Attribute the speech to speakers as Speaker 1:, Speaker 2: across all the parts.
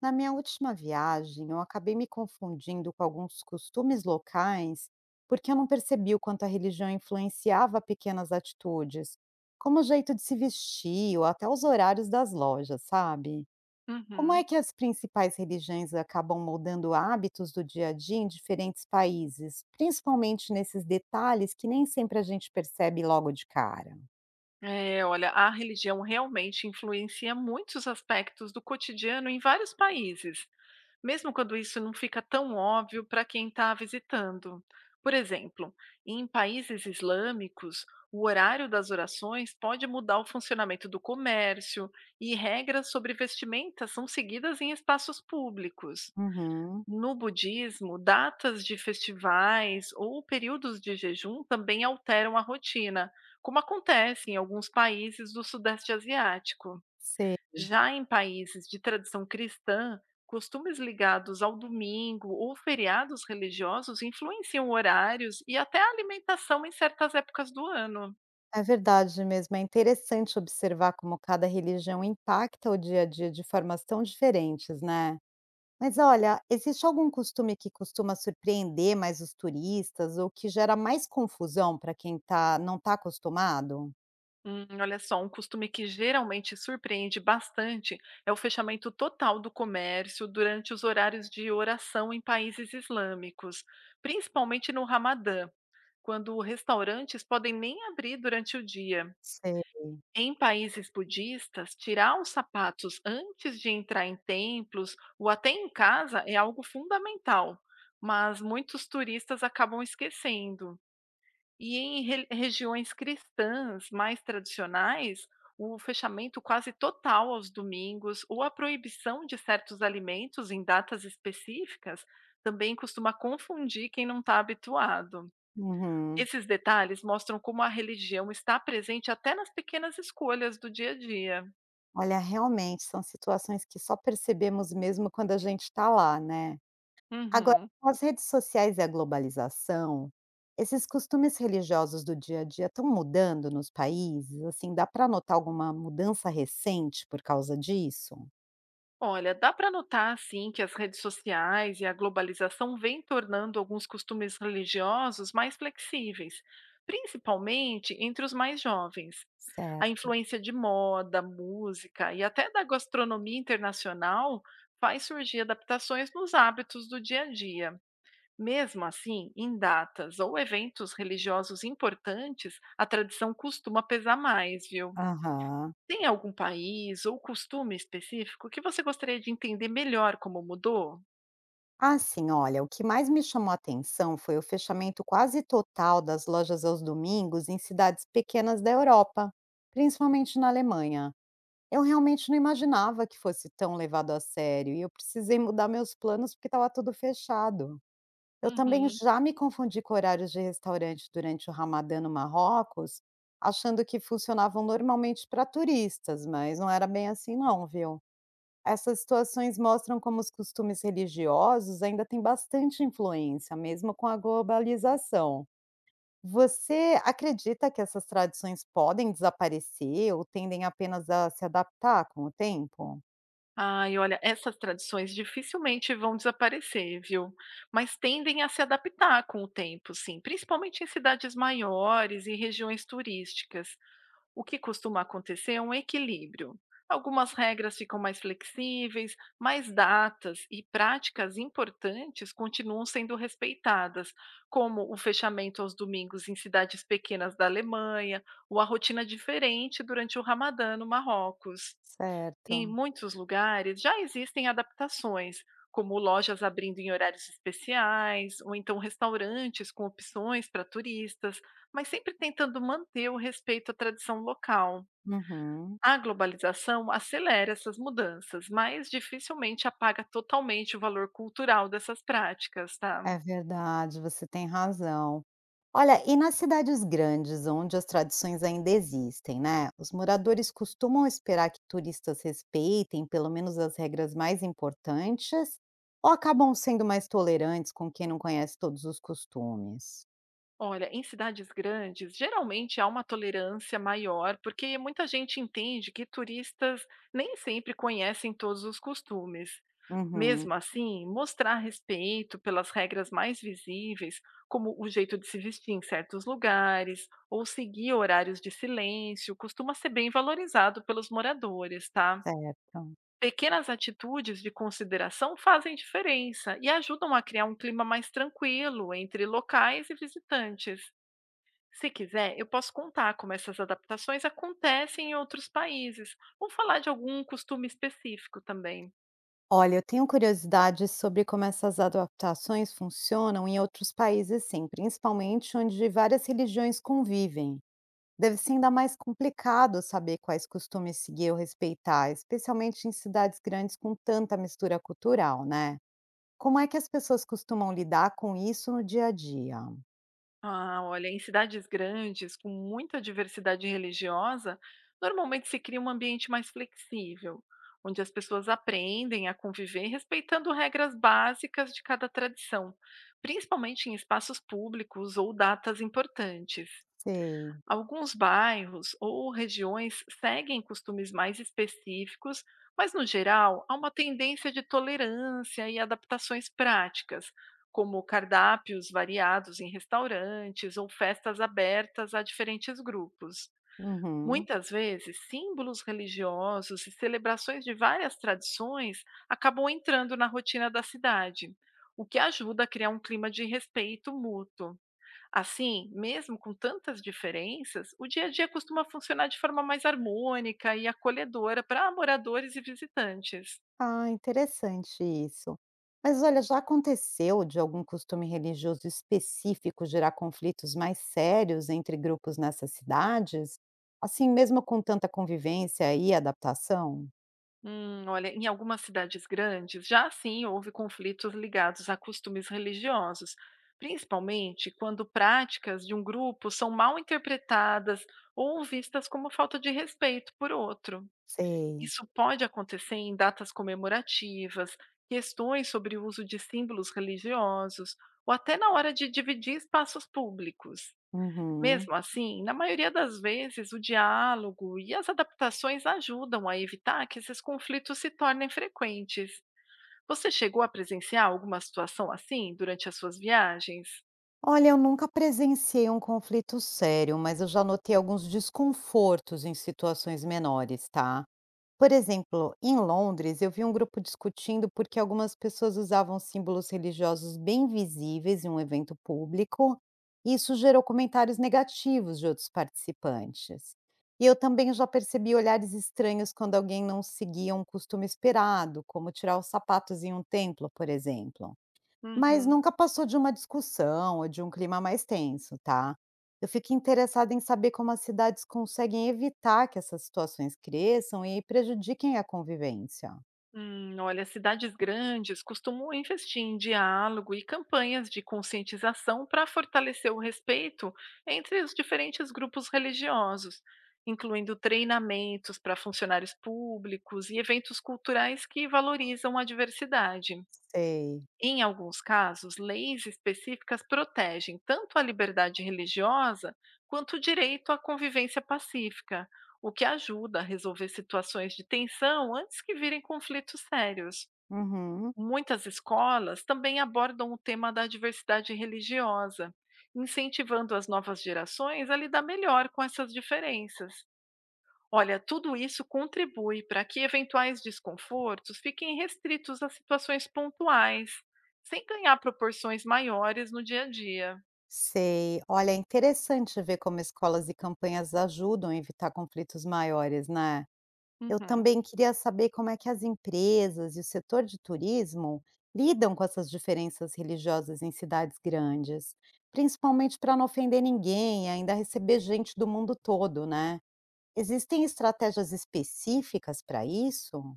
Speaker 1: Na minha última viagem, eu acabei me confundindo com alguns costumes locais porque eu não percebi o quanto a religião influenciava pequenas atitudes, como o jeito de se vestir ou até os horários das lojas, sabe? Como é
Speaker 2: Uhum.
Speaker 1: que as principais religiões acabam moldando hábitos do dia a dia em diferentes países, principalmente nesses detalhes que nem sempre a gente percebe logo de cara?
Speaker 2: É, olha, a religião realmente influencia muitos aspectos do cotidiano em vários países, mesmo quando isso não fica tão óbvio para quem está visitando. Por exemplo, em países islâmicos, o horário das orações pode mudar o funcionamento do comércio e regras sobre vestimentas são seguidas em espaços públicos.
Speaker 1: Uhum,
Speaker 2: No budismo, datas de festivais ou períodos de jejum também alteram a rotina, como acontece em alguns países do Sudeste Asiático.
Speaker 1: sei.
Speaker 2: Já em países de tradição cristã, costumes ligados ao domingo ou feriados religiosos influenciam horários e até a alimentação em certas épocas do ano.
Speaker 1: É verdade mesmo, é interessante observar como cada religião impacta o dia a dia de formas tão diferentes, né? Mas olha, existe algum costume que costuma surpreender mais os turistas ou que gera mais confusão para quem tá, não está acostumado?
Speaker 2: Olha só, um costume que geralmente surpreende bastante é o fechamento total do comércio durante os horários de oração em países islâmicos, principalmente no Ramadã, quando restaurantes podem nem abrir durante o dia.
Speaker 1: Sei.
Speaker 2: Em países budistas, tirar os sapatos antes de entrar em templos ou até em casa é algo fundamental, mas muitos turistas acabam esquecendo. E em re regiões cristãs mais tradicionais, o fechamento quase total aos domingos ou a proibição de certos alimentos em datas específicas também costuma confundir quem não está habituado.
Speaker 1: Uhum.
Speaker 2: Esses detalhes mostram como a religião está presente até nas pequenas escolhas do dia a dia.
Speaker 1: Olha, realmente são situações que só percebemos mesmo quando a gente está lá, né? Agora,
Speaker 2: Uhum.
Speaker 1: com as redes sociais e a globalização, esses costumes religiosos do dia a dia estão mudando nos países? Assim, dá para notar alguma mudança recente por causa disso?
Speaker 2: Olha, dá para notar assim que as redes sociais e a globalização vêm tornando alguns costumes religiosos mais flexíveis, principalmente entre os mais jovens. A
Speaker 1: Certo.
Speaker 2: influência de moda, música e até da gastronomia internacional faz surgir adaptações nos hábitos do dia a dia. Mesmo assim, em datas ou eventos religiosos importantes, a tradição costuma pesar mais, viu?
Speaker 1: Aham.
Speaker 2: Tem algum país ou costume específico que você gostaria de entender melhor como mudou?
Speaker 1: Ah, sim, olha, o que mais me chamou a atenção foi o fechamento quase total das lojas aos domingos em cidades pequenas da Europa, principalmente na Alemanha. Eu realmente não imaginava que fosse tão levado a sério e eu precisei mudar meus planos porque estava tudo fechado. Eu também
Speaker 2: Uhum.
Speaker 1: já me confundi com horários de restaurante durante o Ramadã no Marrocos, achando que funcionavam normalmente para turistas, mas não era bem assim não, viu? Essas situações mostram como os costumes religiosos ainda têm bastante influência, mesmo com a globalização. Você acredita que essas tradições podem desaparecer ou tendem apenas a se adaptar com o tempo?
Speaker 2: Ai, olha, essas tradições dificilmente vão desaparecer, viu? Mas tendem a se adaptar com o tempo, sim, principalmente em cidades maiores e regiões turísticas. O que costuma acontecer é um equilíbrio. Algumas regras ficam mais flexíveis, mas datas e práticas importantes continuam sendo respeitadas, como o fechamento aos domingos em cidades pequenas da Alemanha, ou a rotina diferente durante o Ramadã no Marrocos. Em
Speaker 1: Certo.
Speaker 2: muitos lugares já existem adaptações, como lojas abrindo em horários especiais, ou então restaurantes com opções para turistas, mas sempre tentando manter o respeito à tradição local.
Speaker 1: Uhum.
Speaker 2: A globalização acelera essas mudanças, mas dificilmente apaga totalmente o valor cultural dessas práticas, tá?
Speaker 1: É verdade, você tem razão. Olha, e nas cidades grandes, onde as tradições ainda existem, né? Os moradores costumam esperar que turistas respeitem pelo menos as regras mais importantes ou acabam sendo mais tolerantes com quem não conhece todos os costumes?
Speaker 2: Olha, em cidades grandes, geralmente há uma tolerância maior, porque muita gente entende que turistas nem sempre conhecem todos os costumes.
Speaker 1: Uhum,
Speaker 2: Mesmo assim, mostrar respeito pelas regras mais visíveis, como o jeito de se vestir em certos lugares, ou seguir horários de silêncio, costuma ser bem valorizado pelos moradores, tá?
Speaker 1: certo.
Speaker 2: Pequenas atitudes de consideração fazem diferença e ajudam a criar um clima mais tranquilo entre locais e visitantes. Se quiser, eu posso contar como essas adaptações acontecem em outros países, ou falar de algum costume específico também.
Speaker 1: Olha, eu tenho curiosidade sobre como essas adaptações funcionam em outros países, sim, principalmente onde várias religiões convivem. Deve ser ainda mais complicado saber quais costumes seguir ou respeitar, especialmente em cidades grandes com tanta mistura cultural, né? Como é que as pessoas costumam lidar com isso no dia a dia?
Speaker 2: Ah, olha, em cidades grandes, com muita diversidade religiosa, normalmente se cria um ambiente mais flexível, onde as pessoas aprendem a conviver respeitando regras básicas de cada tradição, principalmente em espaços públicos ou datas importantes.
Speaker 1: Sei.
Speaker 2: Alguns bairros ou regiões seguem costumes mais específicos, mas no geral há uma tendência de tolerância e adaptações práticas, como cardápios variados em restaurantes ou festas abertas a diferentes grupos.
Speaker 1: Uhum.
Speaker 2: Muitas vezes, símbolos religiosos e celebrações de várias tradições acabam entrando na rotina da cidade, o que ajuda a criar um clima de respeito mútuo. Assim, mesmo com tantas diferenças, o dia a dia costuma funcionar de forma mais harmônica e acolhedora para moradores e visitantes.
Speaker 1: Ah, interessante isso. Mas olha, já aconteceu de algum costume religioso específico gerar conflitos mais sérios entre grupos nessas cidades? Assim, mesmo com tanta convivência e adaptação?
Speaker 2: Olha, em algumas cidades grandes, já sim houve conflitos ligados a costumes religiosos, principalmente quando práticas de um grupo são mal interpretadas ou vistas como falta de respeito por outro.
Speaker 1: Sei.
Speaker 2: Isso pode acontecer em datas comemorativas, questões sobre o uso de símbolos religiosos ou até na hora de dividir espaços públicos.
Speaker 1: Uhum.
Speaker 2: Mesmo assim, na maioria das vezes, o diálogo e as adaptações ajudam a evitar que esses conflitos se tornem frequentes. Você chegou a presenciar alguma situação assim durante as suas viagens?
Speaker 1: Olha, eu nunca presenciei um conflito sério, mas eu já notei alguns desconfortos em situações menores, tá? Por exemplo, em Londres, eu vi um grupo discutindo porque algumas pessoas usavam símbolos religiosos bem visíveis em um evento público, e isso gerou comentários negativos de outros participantes. E eu também já percebi olhares estranhos quando alguém não seguia um costume esperado, como tirar os sapatos em um templo, por exemplo. Mas
Speaker 2: Uhum.
Speaker 1: nunca passou de uma discussão ou de um clima mais tenso, tá? Eu fico interessada em saber como as cidades conseguem evitar que essas situações cresçam e prejudiquem a convivência.
Speaker 2: Olha, cidades grandes costumam investir em diálogo e campanhas de conscientização para fortalecer o respeito entre os diferentes grupos religiosos, incluindo treinamentos para funcionários públicos e eventos culturais que valorizam a diversidade.
Speaker 1: Sei.
Speaker 2: Em alguns casos, leis específicas protegem tanto a liberdade religiosa quanto o direito à convivência pacífica, o que ajuda a resolver situações de tensão antes que virem conflitos sérios.
Speaker 1: Uhum.
Speaker 2: Muitas escolas também abordam o tema da diversidade religiosa, incentivando as novas gerações a lidar melhor com essas diferenças. Olha, tudo isso contribui para que eventuais desconfortos fiquem restritos a situações pontuais, sem ganhar proporções maiores no dia a dia.
Speaker 1: Sei. Olha, é interessante ver como escolas e campanhas ajudam a evitar conflitos maiores, né? Eu
Speaker 2: Uhum.
Speaker 1: também queria saber como é que as empresas e o setor de turismo lidam com essas diferenças religiosas em cidades grandes, principalmente para não ofender ninguém e ainda receber gente do mundo todo, né? Existem estratégias específicas para isso?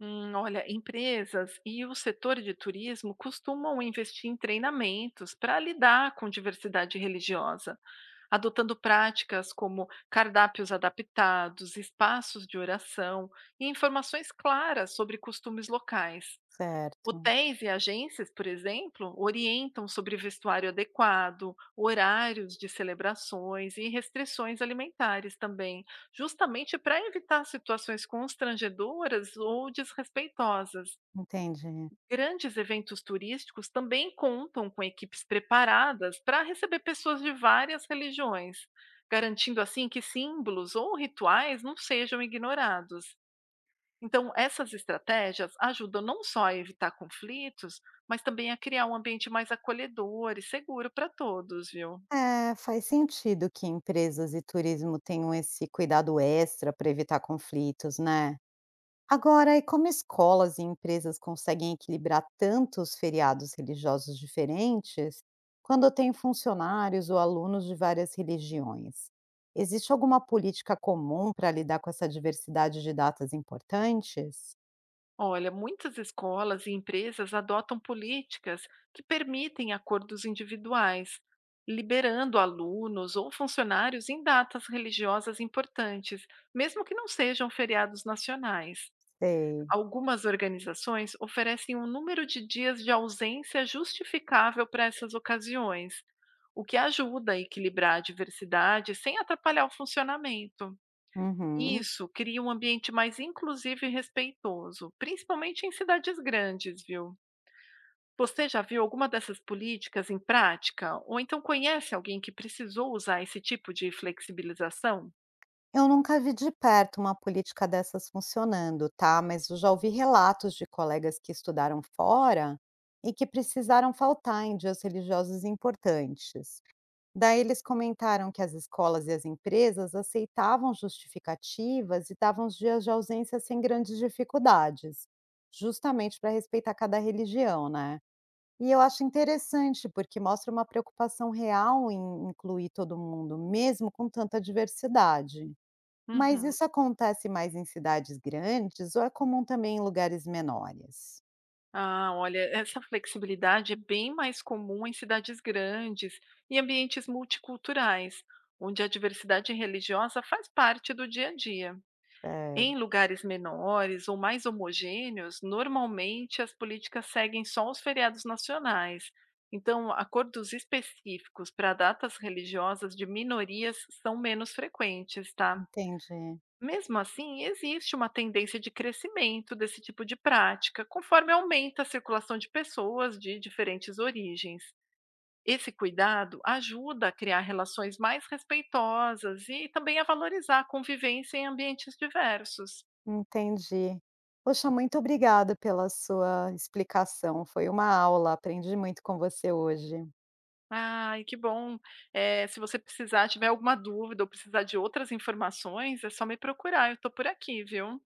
Speaker 2: Olha, empresas e o setor de turismo costumam investir em treinamentos para lidar com diversidade religiosa, adotando práticas como cardápios adaptados, espaços de oração e informações claras sobre costumes locais.
Speaker 1: Certo,
Speaker 2: Hotéis e agências, por exemplo, orientam sobre vestuário adequado, horários de celebrações e restrições alimentares também, justamente para evitar situações constrangedoras ou desrespeitosas.
Speaker 1: entendi.
Speaker 2: Grandes eventos turísticos também contam com equipes preparadas para receber pessoas de várias religiões, garantindo assim que símbolos ou rituais não sejam ignorados. Então, essas estratégias ajudam não só a evitar conflitos, mas também a criar um ambiente mais acolhedor e seguro para todos, viu?
Speaker 1: É, faz sentido que empresas e turismo tenham esse cuidado extra para evitar conflitos, né? Agora, e como escolas e empresas conseguem equilibrar tantos feriados religiosos diferentes quando tem funcionários ou alunos de várias religiões? Existe alguma política comum para lidar com essa diversidade de datas importantes?
Speaker 2: Olha, muitas escolas e empresas adotam políticas que permitem acordos individuais, liberando alunos ou funcionários em datas religiosas importantes, mesmo que não sejam feriados nacionais.
Speaker 1: Sei.
Speaker 2: Algumas organizações oferecem um número de dias de ausência justificável para essas ocasiões, o que ajuda a equilibrar a diversidade sem atrapalhar o funcionamento.
Speaker 1: Uhum.
Speaker 2: Isso cria um ambiente mais inclusivo e respeitoso, principalmente em cidades grandes, viu? Você já viu alguma dessas políticas em prática? Ou então conhece alguém que precisou usar esse tipo de flexibilização?
Speaker 1: Eu nunca vi de perto uma política dessas funcionando, tá? Mas eu já ouvi relatos de colegas que estudaram fora e que precisaram faltar em dias religiosos importantes. Daí eles comentaram que as escolas e as empresas aceitavam justificativas e davam os dias de ausência sem grandes dificuldades, justamente para respeitar cada religião, né. E eu acho interessante, porque mostra uma preocupação real em incluir todo mundo, mesmo com tanta diversidade. Mas
Speaker 2: Uhum.
Speaker 1: isso acontece mais em cidades grandes ou é comum também em lugares menores?
Speaker 2: Ah, olha, essa flexibilidade é bem mais comum em cidades grandes e ambientes multiculturais, onde a diversidade religiosa faz parte do dia a dia.
Speaker 1: É,
Speaker 2: Em lugares menores ou mais homogêneos, normalmente as políticas seguem só os feriados nacionais. Então, acordos específicos para datas religiosas de minorias são menos frequentes, tá?
Speaker 1: entendi.
Speaker 2: Mesmo assim, existe uma tendência de crescimento desse tipo de prática, conforme aumenta a circulação de pessoas de diferentes origens. Esse cuidado ajuda a criar relações mais respeitosas e também a valorizar a convivência em ambientes diversos.
Speaker 1: Entendi. Poxa, muito obrigada pela sua explicação, foi uma aula, aprendi muito com você hoje.
Speaker 2: Ai, que bom! Se você precisar, tiver alguma dúvida ou precisar de outras informações, é só me procurar, eu estou por aqui, viu?